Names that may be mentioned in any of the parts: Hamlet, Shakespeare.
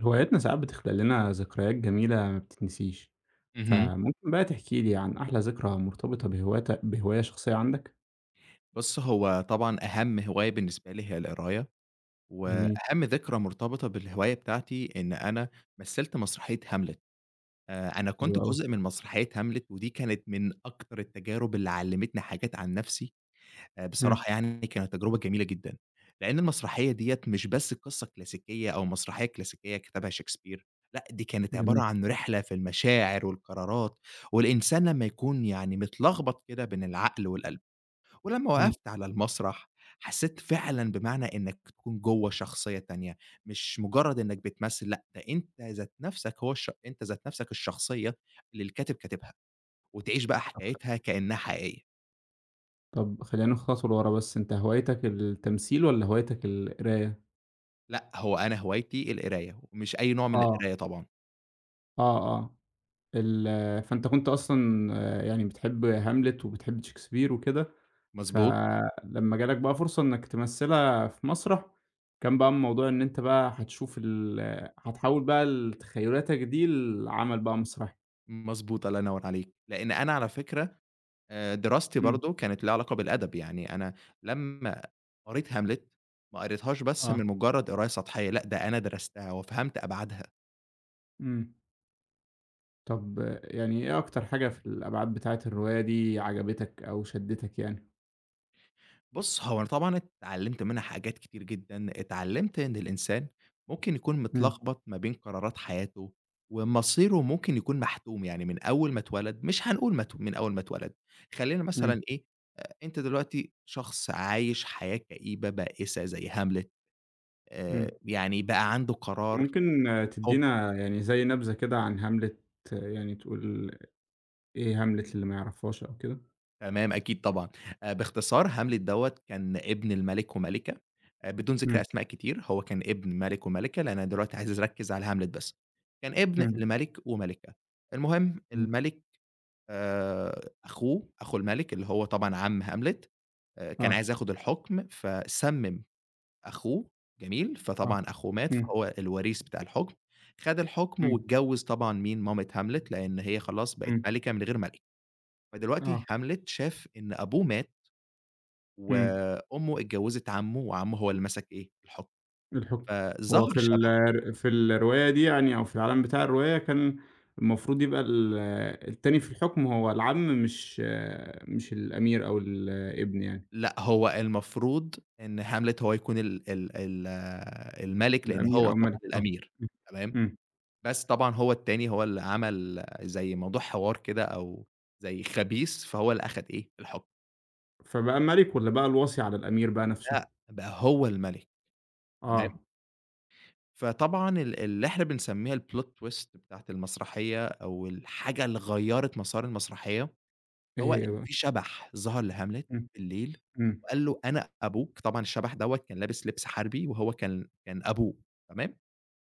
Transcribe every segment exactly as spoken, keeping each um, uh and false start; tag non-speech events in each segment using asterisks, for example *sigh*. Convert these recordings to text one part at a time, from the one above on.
هواياتنا ساعات بتخلق لنا ذكريات جميلة ما بتتنسيش، اهم. فممكن بقى تحكي لي عن أحلى ذكرى مرتبطة بهوايتك بهواية شخصية عندك؟ بُص، هو طبعًا أهم هواية بالنسبة لي هي القراية، جميل، وأهم ذكرى مرتبطة بالهواية بتاعتي إن أنا مثّلت مسرحية هاملت. آآ أنا حلو كنت أوي، جزء من مسرحية هاملت، ودي كانت من أكتر التجارب اللي علّمتني حاجات عن نَفْسي. آآ إمم، بصراحة يعني كانت تجربة جميلة جدًا، لإن المسرحية ديّة مش بس قصة كلاسيكية أو مسرحية كلاسيكية كتبها شكسبير، لأ دي كانت عبارة جميل، عن رحلة في المشاعر والقرارات، والإنسان لمّا يكون يعني متلخبط كده بين العقل والقلب. ولمّا إمم، وقفت على المسرح، حسيت فعلًا بمعنى إنك تكون جوّه شخصية تانية، مش مجرد إنك بتمثل، لأ، ده أنت ذات نفسك هو الش أنت ذات نفسك الشخصية اللي الكاتب كاتبها، وتعيش بقى حكايتها كأنها حقيقية. طب خلّينا ناخد خطوة لورا بس، أنت هوايتك التمثيل والّا هوايتك القراية؟ لأ، هو أنا هوايتي القراية، ومش أي نوع من آه، القراية طبعًا. آه، آه. ال آه، فأنت كنت أصلًا آآ يعني بتحب هاملت وبتحب شكسبير وكده، مضبوط، فلمّا جالك بقى فرصة إنك تمثّلها في مسرح، كان بقى الموضوع إن أنت بقى هتشوف ال آه، هتحوّل بقى ال تخيلاتك دي لعمل بقى مسرحي. مضبوط، الله ينور عليك. لإن أنا على فكرة آآ، دراستي إمم. برضه كانت ليها علاقة بالأدب، يعني أنا لمّا قريت هاملت، ما قريتهاش بس من آه، مجرد قراية سطحية، لأ، ده أنا درستها وفهمت أبعادها. إمم. طب آه، يعني إيه أكتر حاجة في الأبعاد بتاعة الرواية دي عجبتك أو شدّتك يعني؟ بُص، هو أنا طبعًا اتعلّمت منها حاجات كتير جدًا، اتعلّمت إن الإنسان ممكن يكون إمم، متلخبط ما بين قرارات حياته، ومصيره ممكن يكون محتوم، يعني من أول ما اتولد مش هنقول مت من أول ما اتولد، خلّينا إمم، مثلًا إيه، أنت دلوقتي شخص عايش حياة كئيبة بائسة زي هاملت، آآ إمم. يعني بقى عنده قرار ممكن آه، حُب. تدّينا يعني زي نبذة كده عن هاملت، آه، يعني تقول إيه هاملت للي ما يعرفهاش أو كده؟ تمام، أكيد طبعًا. آآ باختصار هاملت دوّة كان ابن الملك وملكة، آآ بدون ذكر إمم، أسماء كتير، هو كان ابن ملك وملكة، لأن أنا دلوقتي عايز أركّز على هاملت بس. كان ابن إمم، لملك وملكة. المهم إمم، الملك آآ أخوه، أخو الملك اللي هو طبعًا عم هاملت، آآ كان آه، عايز ياخد الحُكم، فسمِّم أخوه، جميل؟ آه، فطبعًا أخوه مات، إمم، فهو الوريث بتاع الحُكم، خَد الحُكم إمم، واتجوّز طبعًا مين، مامة هاملت، لإن هي خلاص بقت إمم، ملكة من غير ملك. فدلوقتي آه، هاملت شاف إن أبوه مات إمم، وأمه اتجوّزت عمّه، وعمّه هو اللي مسك إيه، الحُكم. الحكم. هو فظهر في شبح. ال في الرواية دي يعني أو في العالم بتاع الرواية كان المفروض يبقى ال التاني في الحكم هو العم مش مش الأمير أو الابن يعني، لأ، هو المفروض إن هاملت هو يكون ال ال ال المَلِك، لإن الأمير هو أو طبعًا الملك آه، الأمير. إمم، تمام، إمم. بس طبعًا هو التاني هو اللي عمل زي موضوع حوار كده أو زي خبيث، فهو اللي أخَد إيه، الحُكم. فبقى الملك والّا بقى الوصي على الأمير بقى نَفْسه؟ لأ، بقى هو المَلِك. تمام، آه، فطبعًا ال اللي إحنا بنسمّيها الplot twist بتاعة المسرحية أو الحاجة اللي غيّرت مسار المسرحية هو إيه هي إن بقى؟ في شبح ظهر لهاملت إمم، بالليل إمم، وقال له: "أنا أبوك." طبعًا الشبح دوّة كان لابس لبس حربي وهو كان كان أبوه، تمام؟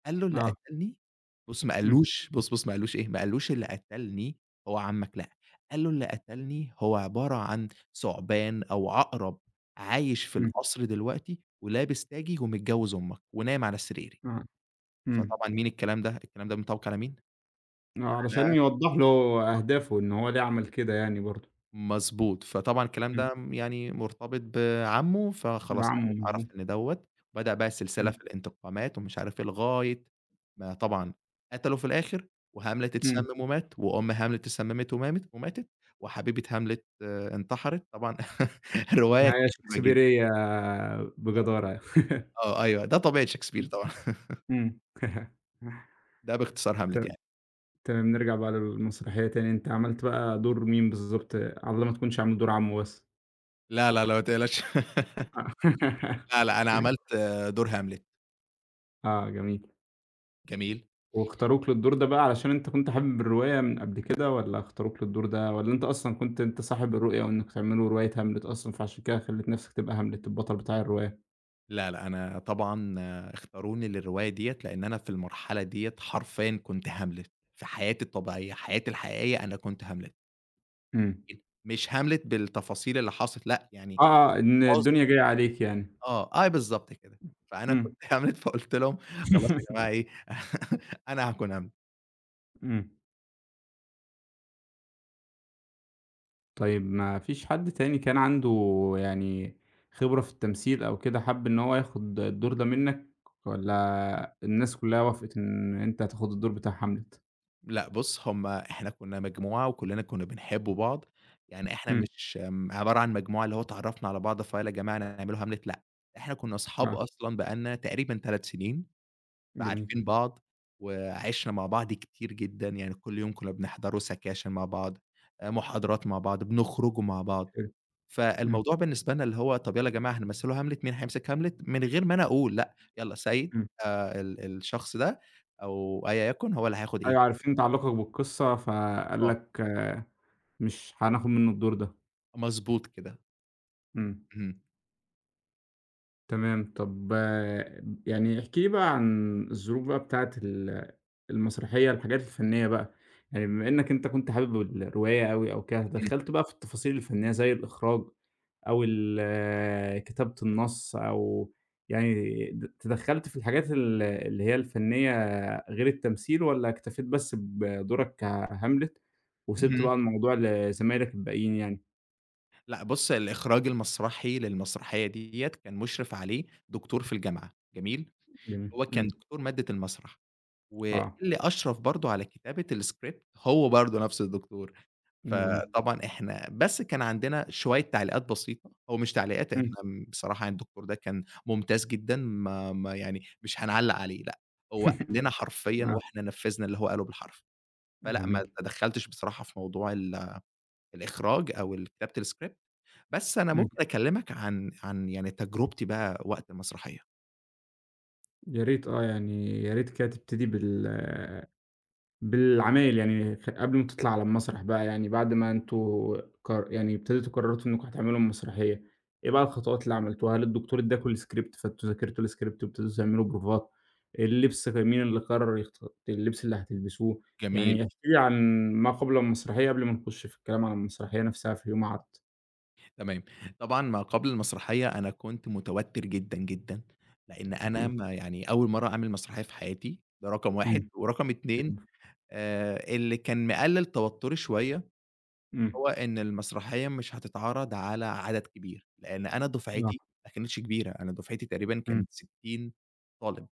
قال له: "اللي آه، قتلني". بُص ما إمم، قالوش بُص، بُص ما قالوش إيه، ما قالوش اللي قتلني هو عمك لأ، قال له: "اللي قتلني هو عبارة عن ثعبان أو عقرب عايش في إمم، القصر دلوقتي ولابس تاجي ومتجوز أمك ونايم على سريري." آه، إمم. فطبعًا مين الكلام ده؟ الكلام ده متوقع على مين؟ آه، على علشان يوضّح له أهدافه إن هو ليه عمل كده يعني برضه، مضبوط، فطبعًا الكلام إمم، إمم. ده يعني مرتبط بعمّه، فخلاص عمّي بعمُّه اتعرف مضبوط، إن دوّة، بدأ بقى السلسلة إمم، في الانتقامات ومش عارف إيه، لغاية ما طبعًا قتله في الآخر، وهاملِت إمم، اتسمم ومات، وأم هاملِت اتسممت ومامت وماتت، وحبيبة هاملِت آه، انتحرت، طبعًا *laughs* رواية نهاية كئيبة جدًا. شكسبيرية بجدارة. آه، أيوه، ده طبيعة شكسبير طبعًا. *laughs* إمم، إمم، *laughs* ده باختصار هاملِت تم يعني. تمام نرجع بقى للمسرحية تاني، أنت عملت بقى دور مين بالضبط على الله ما تكونش عامل دور عمّه بس؟ لا، لا، لا، ما تقلقش. آه، *laughs* *laughs* لا، لا، أنا عملت آه، دور هاملِت. آه، جميل. جميل. واختاروك للدور ده بقى علشان أنت كنت حابب الرواية من قبل كده ولا اختاروك للدور ده ولا أنت أصلا كنت أنت صاحب الرؤية وإنك تعملوا رواية هاملت أصلا فعشان كده خليت نفسك تبقى هاملت البطل بتاع الرواية؟ لا، لأ، أنا طبعًا اختاروني للرواية ديّة، لإن أنا في المرحلة ديّة حرفيًا كنت هاملت، في حياتي الطبيعية، حياتي الحقيقية أنا كنت هاملت، إمم. مش هاملت بالتفاصيل اللي حصلت لأ، يعني آه، آه، إن الدنيا حُزن. جاية عليك يعني. آه، أي بالضبط كده، فأنا كنت إمم. *laughs* هاملت فقُلت لهم خلاص يا جماعة *laughs* إيه *laughs* أنا هاكون هاملت. إمم. طيب ما فيش حد تاني كان عنده يعني خبرة في التمثيل أو كده حَب إن هو ياخد الدور ده منك والّا الناس كلّها وافقت إن أنت هتاخد الدور بتاع هاملت؟ لأ بُص هُم إحنا كنا مجموعة وكلنا كنا بنحب بعض، يعني إحنا إمم. مش م عبارة عن مجموعة اللي هو اتعرّفنا على بعض فيالّا يا جماعة نعملوا هاملت لأ، إحنا كنا أصحاب آه، أصلًا بقى لنا تقريبًا 3 سنين. جميل، فعارفين بعض، وعِشْنا مع بعض كتير جدًا، يعني كل يوم كُنّا بنحضروا سكاشن مع بعض، آآ محاضرات مع بعض، بنخرجوا مع بعض، حلو. إمم، فالموضوع بالنسبة لنا اللي هو طَب يالّا يا جماعة هنمثّلوا هاملت، مين هيمسك هاملت؟ من غير ما أنا أقول لأ، يالّا سيد إمم. آآ ال الشخص ده أو أيًا يكن هو اللي هياخُد إيه، أيوه عارفين تعلُّقك بالقصة، فقال آه، لك آه، مش هناخد منّه الدور ده. مضبوط كده، إمم، اهم، تمام. طَب آه، يعني احكِ لي بقى عن الظروف بقى بتاعة ال المسرحية، الحاجات الفنية بقى، يعني بما إنّك أنت كنت حابب الرواية أوي أو كده، اهم، دخّلت بقى في التفاصيل الفنية زي الإخراج أو ال كتابة النص أو يعني د تدخّلت في الحاجات ال اللي هي الفنية غير التمثيل والّا اكتفيت بس بدورك كهاملت وسِبت اهم. بقى الموضوع لزمايلك الباقيين يعني؟ لأ بُص، الإخراج المسرحي للمسرحية ديّة كان مُشرف عليه دكتور في الجامعة، جميل؟ جميل، هو كان إمم، دكتور مادة المسرح. آه، واللي أشرف برضه على كتابة الscript هو برضه نفْس الدكتور. إمم. جميل. فطبعًا إحنا بس كان عندنا شوية تعليقات بسيطة، هو مش تعليقات إحنا إمم. بصراحة يعني الدكتور ده كان ممتاز جدًا ما ما يعني مش هنعلّق عليه لأ، هو قال لنا *laughs* حرفيًا آه، وإحنا نفّذنا اللي هو قاله بالحرف، فلأ ما جميل. تدخّلتش بصراحة في موضوع ال الإخراج أو ال كتابة الscript، بس أنا إمم. ممكن أكلّمك عن عن يعني تجربتي بقى وقت المسرحية. يا ريت آه، يعني يا ريت كده تبتدي بال بالعمايل يعني خ- قبل ما تطلع على المسرح بقى يعني بعد ما انتوا قر... يعني ابتديتوا قررتوا انكم هتعملوا مسرحية ايه بقى الخطوات اللي عملتوها هل الدكتور اداكوا السكريبت فانتوا ذاكرتوا السكريبت وابتديتوا تعملوا بروفات اللبس مين اللي قرر يخت... اللبس اللي هتلبسوه جميل. يعني احكي لي عن ما قبل المسرحية قبل ما نخش في الكلام عن المسرحية نفسها في يوم عرض تمام. طبعًا ما قبل المسرحية أنا كنت متوتر جدًا، جدًا، لإن أنا اكيد ما يعني أول مرّة أعمل مسرحية في حياتي، ده رقم واحد إمم. ورقم اتنين. آآ، اللي كان مقلل توتري شوية هو امم إن المسرحية مش هتتعرض على عدد كبير، لإن أنا دفعتي آه، ما كانتش كبيرة، أنا دفعتي تقريبًا إمم. كانت ستين طالب.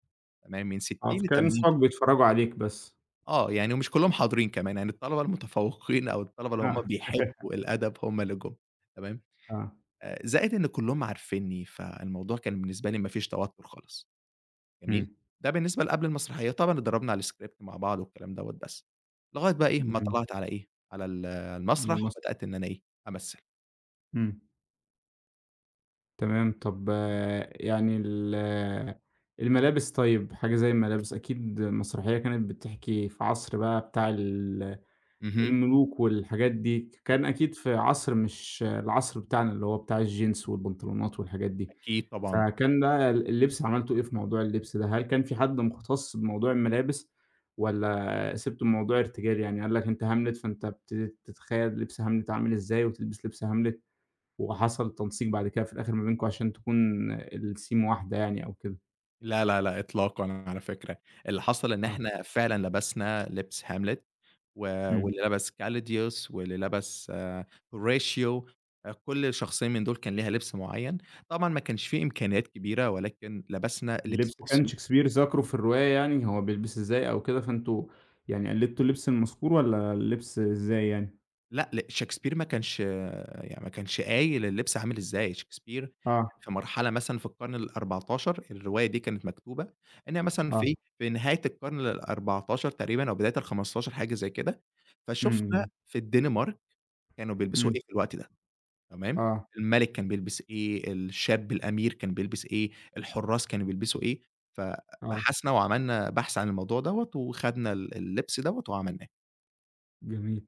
تمام، من اه ستين كأن لثمانين صحابك طالب. بيتفرجوا عليك بس آه، يعني ومش كلّهم حاضرين كمان، يعني الطلبة المتفوقين أو الطلبة اللي هُم آه. بيحبوا *laughs* الأدب هُم اللي جُم، تمام. اه آآ زائد إن كلّهم عارفينّي، فالموضوع كان بالنسبة لي ما فيش توتُّر خالص، جميل، إمم. ده بالنسبة لقبل المسرحية، طبعًا اتدرّبنا على الscript مع بعض والكلام دوّة بس، لغاية بقى إيه، ما جميل. طلعت على إيه، على ال على المسرح المسرح وبدأت إن أنا إيه، أمثّل. امم تمام طب آه، يعني ال- آه، الملابس طيب حاجة زي الملابس أكيد مسرحية كانت بتحكي في عصر بقى بتاع ال- اهم، الملوك والحاجات دي كان أكيد، أكيد في عصر مش العصر بتاعنا اللي هو بتاع الجينز والبنطلونات والحاجات دي أكيد طبعًا. فكان ده ال- اللبس عملته إيه في موضوع اللبس ده هل كان في حد مختص بموضوع الملابس ولا سبت الموضوع ارتجالي يعني قال لك أنت هاملت فأنت بتتخيل لبس هاملت عامل إزاي وتلبس لبس هاملت وحصل تنسيق بعد كده في الآخر ما بينكم عشان تكون السيم واحدة يعني أو كده، لا، لا، لأ، إطلاقًا على فكرة، اللي حصل إن آه، إحنا فعلًا لبسنا لبس هاملت، و إمم. واللي لبس كاليديوس واللي لبس آه، هوراتيو، آه، كل شخصية من دول كان ليها لبس معيّن، طبعًا ما كانش في إمكانيات كبيرة ولكن لبسنا لبس اللبس كان بسيط. شكسبير ذكره في الرواية يعني هو بيلبس إزاي أو كده، فأنتم يعني قلدتوا اللبس المذكور والّا اللبس إزاي يعني؟ لأ، ل شكسبير ما كانش يعني ما كانش قايل اللبس عامل إزاي، شكسبير آه، كان في مرحلة مثلًا في القرن الرابع عشر الرواية دي كانت مكتوبة، إنها مثلًا آه، في في نهاية القرن الرابع عشر تقريبًا أو بداية الخامس عشر حاجة زي كده، فشُفنا إمم، في الدنمارك كانوا بيلبسوا إمم، إيه في الوقت ده، تمام، آه، الملك كان بيلبس إيه، الشاب الأمير كان بيلبس إيه، الحُرّاس كانوا بيلبسوا إيه، آه، فبحثنا وعملنا بحث عن الموضوع دوّة وخدنا ال اللبس دوّة وعملناه. جميل.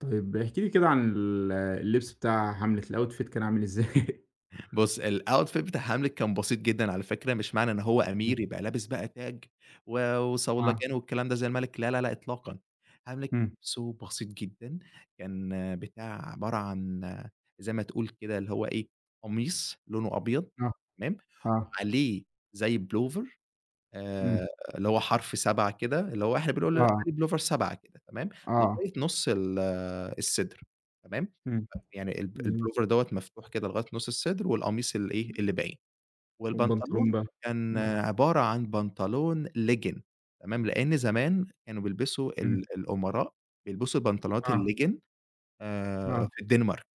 طيب احكِ لي كده عن ال اللبس بتاع حملة الoutfit كان عامل إزاي؟ بُص، الoutfit بتاع هاملِت كان بسيط جدًا على فكرة، مش معنى إن هو إمم، أمير يبقى لابس بقى تاج و آه، وصولجان والكلام ده زي الملك، لا، لا، لا إطلاقًا. هاملِت إمم، لبسه بسيط جدًا، كان بتاع عبارة عن زي ما تقول كده اللي هو إيه، قميص لونه أبيض آه، تمام، آه، وعليه زي pullover، إمم، آآ، اللي هو حرف سبعة كده، اللي هو إحنا بنقول آه، عليه pullover سبعة كده تمام، آه، لغاية نُص ال الصدر. تمام. إمم، يعني الب جميل. البلوفر دوّة مفتوح كده لغاية نُص الصدر والقميص الإيه، اللي باين، والبنطلون والبنطلون بقى؟ كان إمم، عبارة عن بنطلون ليجن. تمام، لإن زمان كانوا بيلبسوا ال إمم، الأمراء بيلبسوا البنطلونات آه، الليجن آآ آه، في الدنمارك.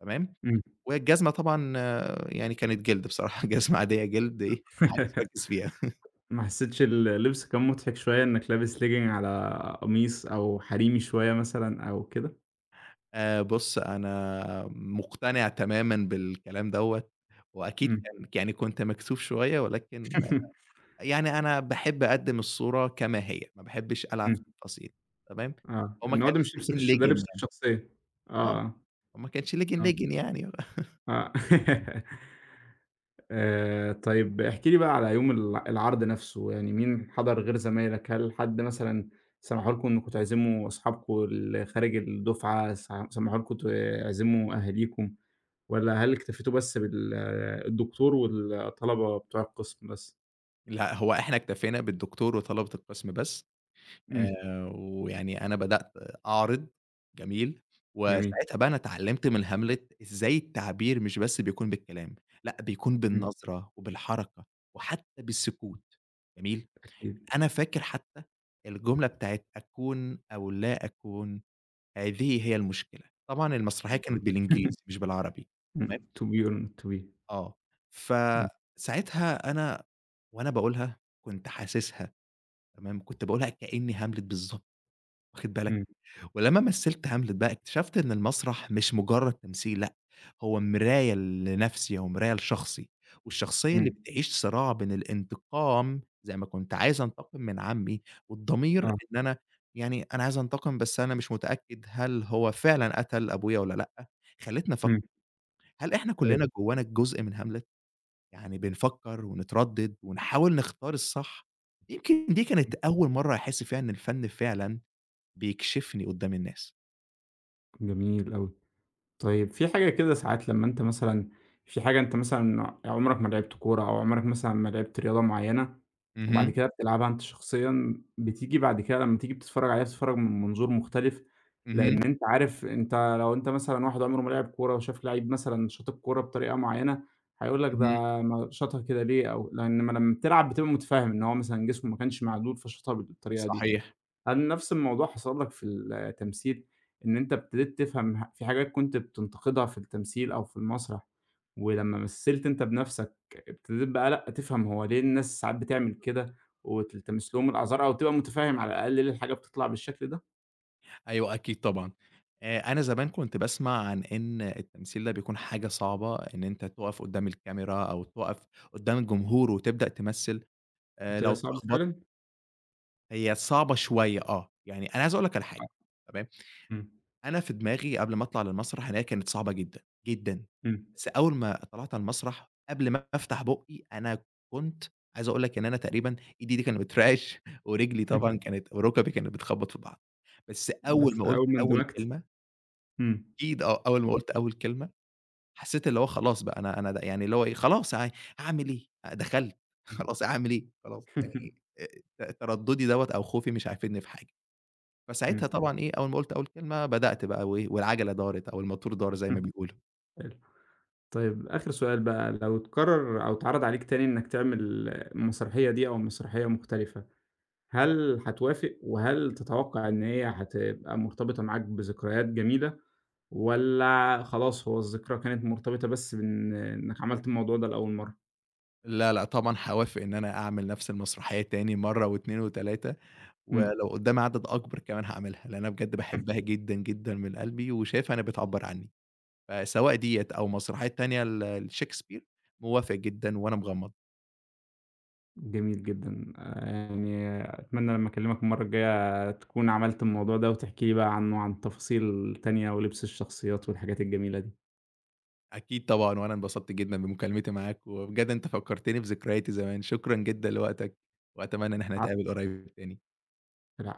تمام، إمم. والجزمة طبعًا آه، يعني كانت جلد بصراحة، *laughs* جزمة عادية جلد إيه، ما حدش *laughs* ركّز فيها. ما حسيتش اللبس كان مضحك شوية إنك لابس legging على قميص أو حريمي شوية مثلًا أو كده؟ آآ بُص أنا مقتنع تمامًا بالكلام دوّة وأكيد إمم. كان يعني كنت مكسوف شوية ولكن يعني أنا باحب أقدّم الصورة كما هي، ما باحبش ألعب في إمم. *laughs* التفاصيل، تمام، آه. هو ما إن هو ده كانش مش لبسك لِجِن، الش ده لِجِن لبسك يعني، الشخصية. آه، آه، هو ما كانش آه، لِجِن، آه، لِجِن يعني. *laughs* *laughs* آه. آآ طيب احكِ لي بقى على يوم الع العرض نفسه، يعني مين حضر غير زمايلك؟ هل حد مثلًا سمحوا لكم إنكم تعزموا أصحابكم اللي خارج الدفعة، س سمحوا لكم تعزموا أهاليكم؟ والّا هل اكتفيتوا بس بال الدكتور والطلبة بتوع القسم بس؟ لأ، هو إحنا اكتفينا بالدكتور وطلبة القسم بس، إمم. آآ، ويعني أنا بدأت أعرض، جميل، جميل. وساعتها بقى أنا اتعلمت من هاملت إزاي التعبير مش بس بيكون بالكلام، لأ، بيكون إمم. بالنظرة وبالحركة وحتى بالسكوت، جميل، أكيد. أنا فاكر حتى الجملة بتاعة أكون أو لا أكون، هذه هي المشكلة. طبعًا المسرحية *laughs* كانت بالإنجليزي *unintelligible* آه. مش بالعربي. تمام؟ إمم. to be or not to be. آه. إمم. فساعتها أنا وأنا باقولها كنت حاسسها. تمام، كنت باقولها كإنّي هاملت بالضبط، واخد بالك؟ إمم. ولمّا مثّلت هاملت بقى، اكتشفت إن المسرح مش مجرّد تمثيل لأ، هو مراية لنفسي، هو مراية لشخصي، والشخصية اللي إمم. بتعيش صراع بين الانتقام زي ما كنت عايز أنتقم من عمي، والضمير آه. إن أنا يعني أنا عايز أنتقم بس أنا مش متأكد هل هو فعلًا قتل أبويا والّا لأ، خلّتني أفكّر إمم. هل إحنا أيوه. كلّنا جوّانا جزء من هاملت؟ يعني بنفكّر ونتردد ونحاول نختار الصح، يمكن دي كانت أول مرّة أحس فيها إن الفن فعلًا بيكشفني قدّام الناس. جميل أوي. طيب في حاجة كده ساعات لمّا أنت مثلًا في حاجة أنت مثلًا عمرك ما لعبت كورة أو عمرك مثلًا ما لعبت رياضة معيّنة، وبعد اهم. كده بتلعبها أنت شخصيًا، بتيجي بعد كده لمّا تيجي بتتفرّج عليها بتتفرّج من منظور مختلف، اهم، لإن أنت عارف أنت لو أنت مثلًا واحد عمره ما لعب كورة وشاف لعيب مثلًا شاط الكورة بطريقة معيّنة، هيقول لك اهم، ده ما شاطها كده ليه أو لإنّما لمّا لما بتلعب بتبقى متفهّم إن هو مثلًا جسمه ما كانش معدول فشاطها بالطريقة دي. صحيح، هل نفس الموضوع حصل لك في التمثيل، إن أنت ابتديت تفهم ح في حاجات كنت بتنتقدها في التمثيل أو في المسرح، ولمّا مثلت أنت بنفسك ابتديت بقى لأ، تفهم هو ليه الناس ساعات بتعمل كده، وتلتمس لهم الأعذار، أو تبقى متفهم على الأقل ليه الحاجة بتطلع بالشكل ده؟ أيوه أكيد طبعًا. آآ، أنا زمان كنت باسمع عن إن التمثيل ده بيكون حاجة صعبة، إن أنت تُقف قدّام الكاميرا أو تُقف قدّام الجمهور وتبدأ تمثل، آآ، قُلت لي: لو "هي صعب اتلخبطت فعلًا؟" هي صعبة شوية. آه، يعني أنا عايز أقول لك على آه، حاجة، تمام؟ إمم، أنا في دماغي قبل ما أطلع للمسرح إن هي كانت صعبة جدًا، جدًا، إمم، بس أول ما طلعت على المسرح قبل ما أفتح بُقّي أنا كنت عايز أقول لك إن أنا تقريبًا إيدي دي كانت بترعش *laughs* ورجلي طبعًا *laughs* كانت وركبي كانت بتخبط في بعض، بس أول بس ما قُلت أول ما أول اندمجت كلمة إمم، أكيد آه، أول ما قُلت أول كلمة حسيت اللي هو خلاص بقى أنا أنا د يعني اللي هو إيه خلاص ه هاعمل إيه؟ دخلت *laughs* خلاص هاعمل إيه؟ خلاص يعني آآ ت ترددي دوّة أو خوفي مش هيفيدني في حاجة. إمم، إمم، فساعتها طبعًا إيه، أول ما قُلت أول كلمة بدأت بقى وإيه، والعجلة دارت أو الماتور دار زي ما *laughs* بيقولوا. حلو. طيب آخر سؤال بقى، لو اتكرر أو اتعرض عليك تاني إنك تعمل المسرحية دي أو مسرحية مختلفة هل هتوافق، وهل تتوقع إن هي هتبقى مرتبطة معاك بذكريات جميلة، والّا خلاص هو الذكرى كانت مرتبطة بس بإن إنك عملت الموضوع ده لأول مرة؟ لا، لأ، طبعًا هاوافق إن أنا أعمل نفس المسرحية تاني مرّة واتنين وتلاتة إمم، ولو قدّامي عدد أكبر كمان هاعملها، لإن أنا بجد باحبها *laughs* جدًا، جدًا من قلبي وشايفها إنها بتعبّر عني. فسواء ديّة أو مسرحية تانية ل لشكسبير، موافق جدًا وأنا مغمض. جميل جدًا، آآ، يعني أتمنى لمّا أكلمك المرة الجاية تكون عملت الموضوع ده وتحكي لي بقى عنه، عن تفاصيل تانية ولبس الشخصيات والحاجات الجميلة دي. أكيد طبعًا، وأنا انبسطت جدًا بمكالمتي معاك، وبجد أنت فكّرتني بذكرياتي زمان، شكرًا جدًا لوقتك، وأتمنى إن إحنا العفو، نتقابل قريب تاني. العفو.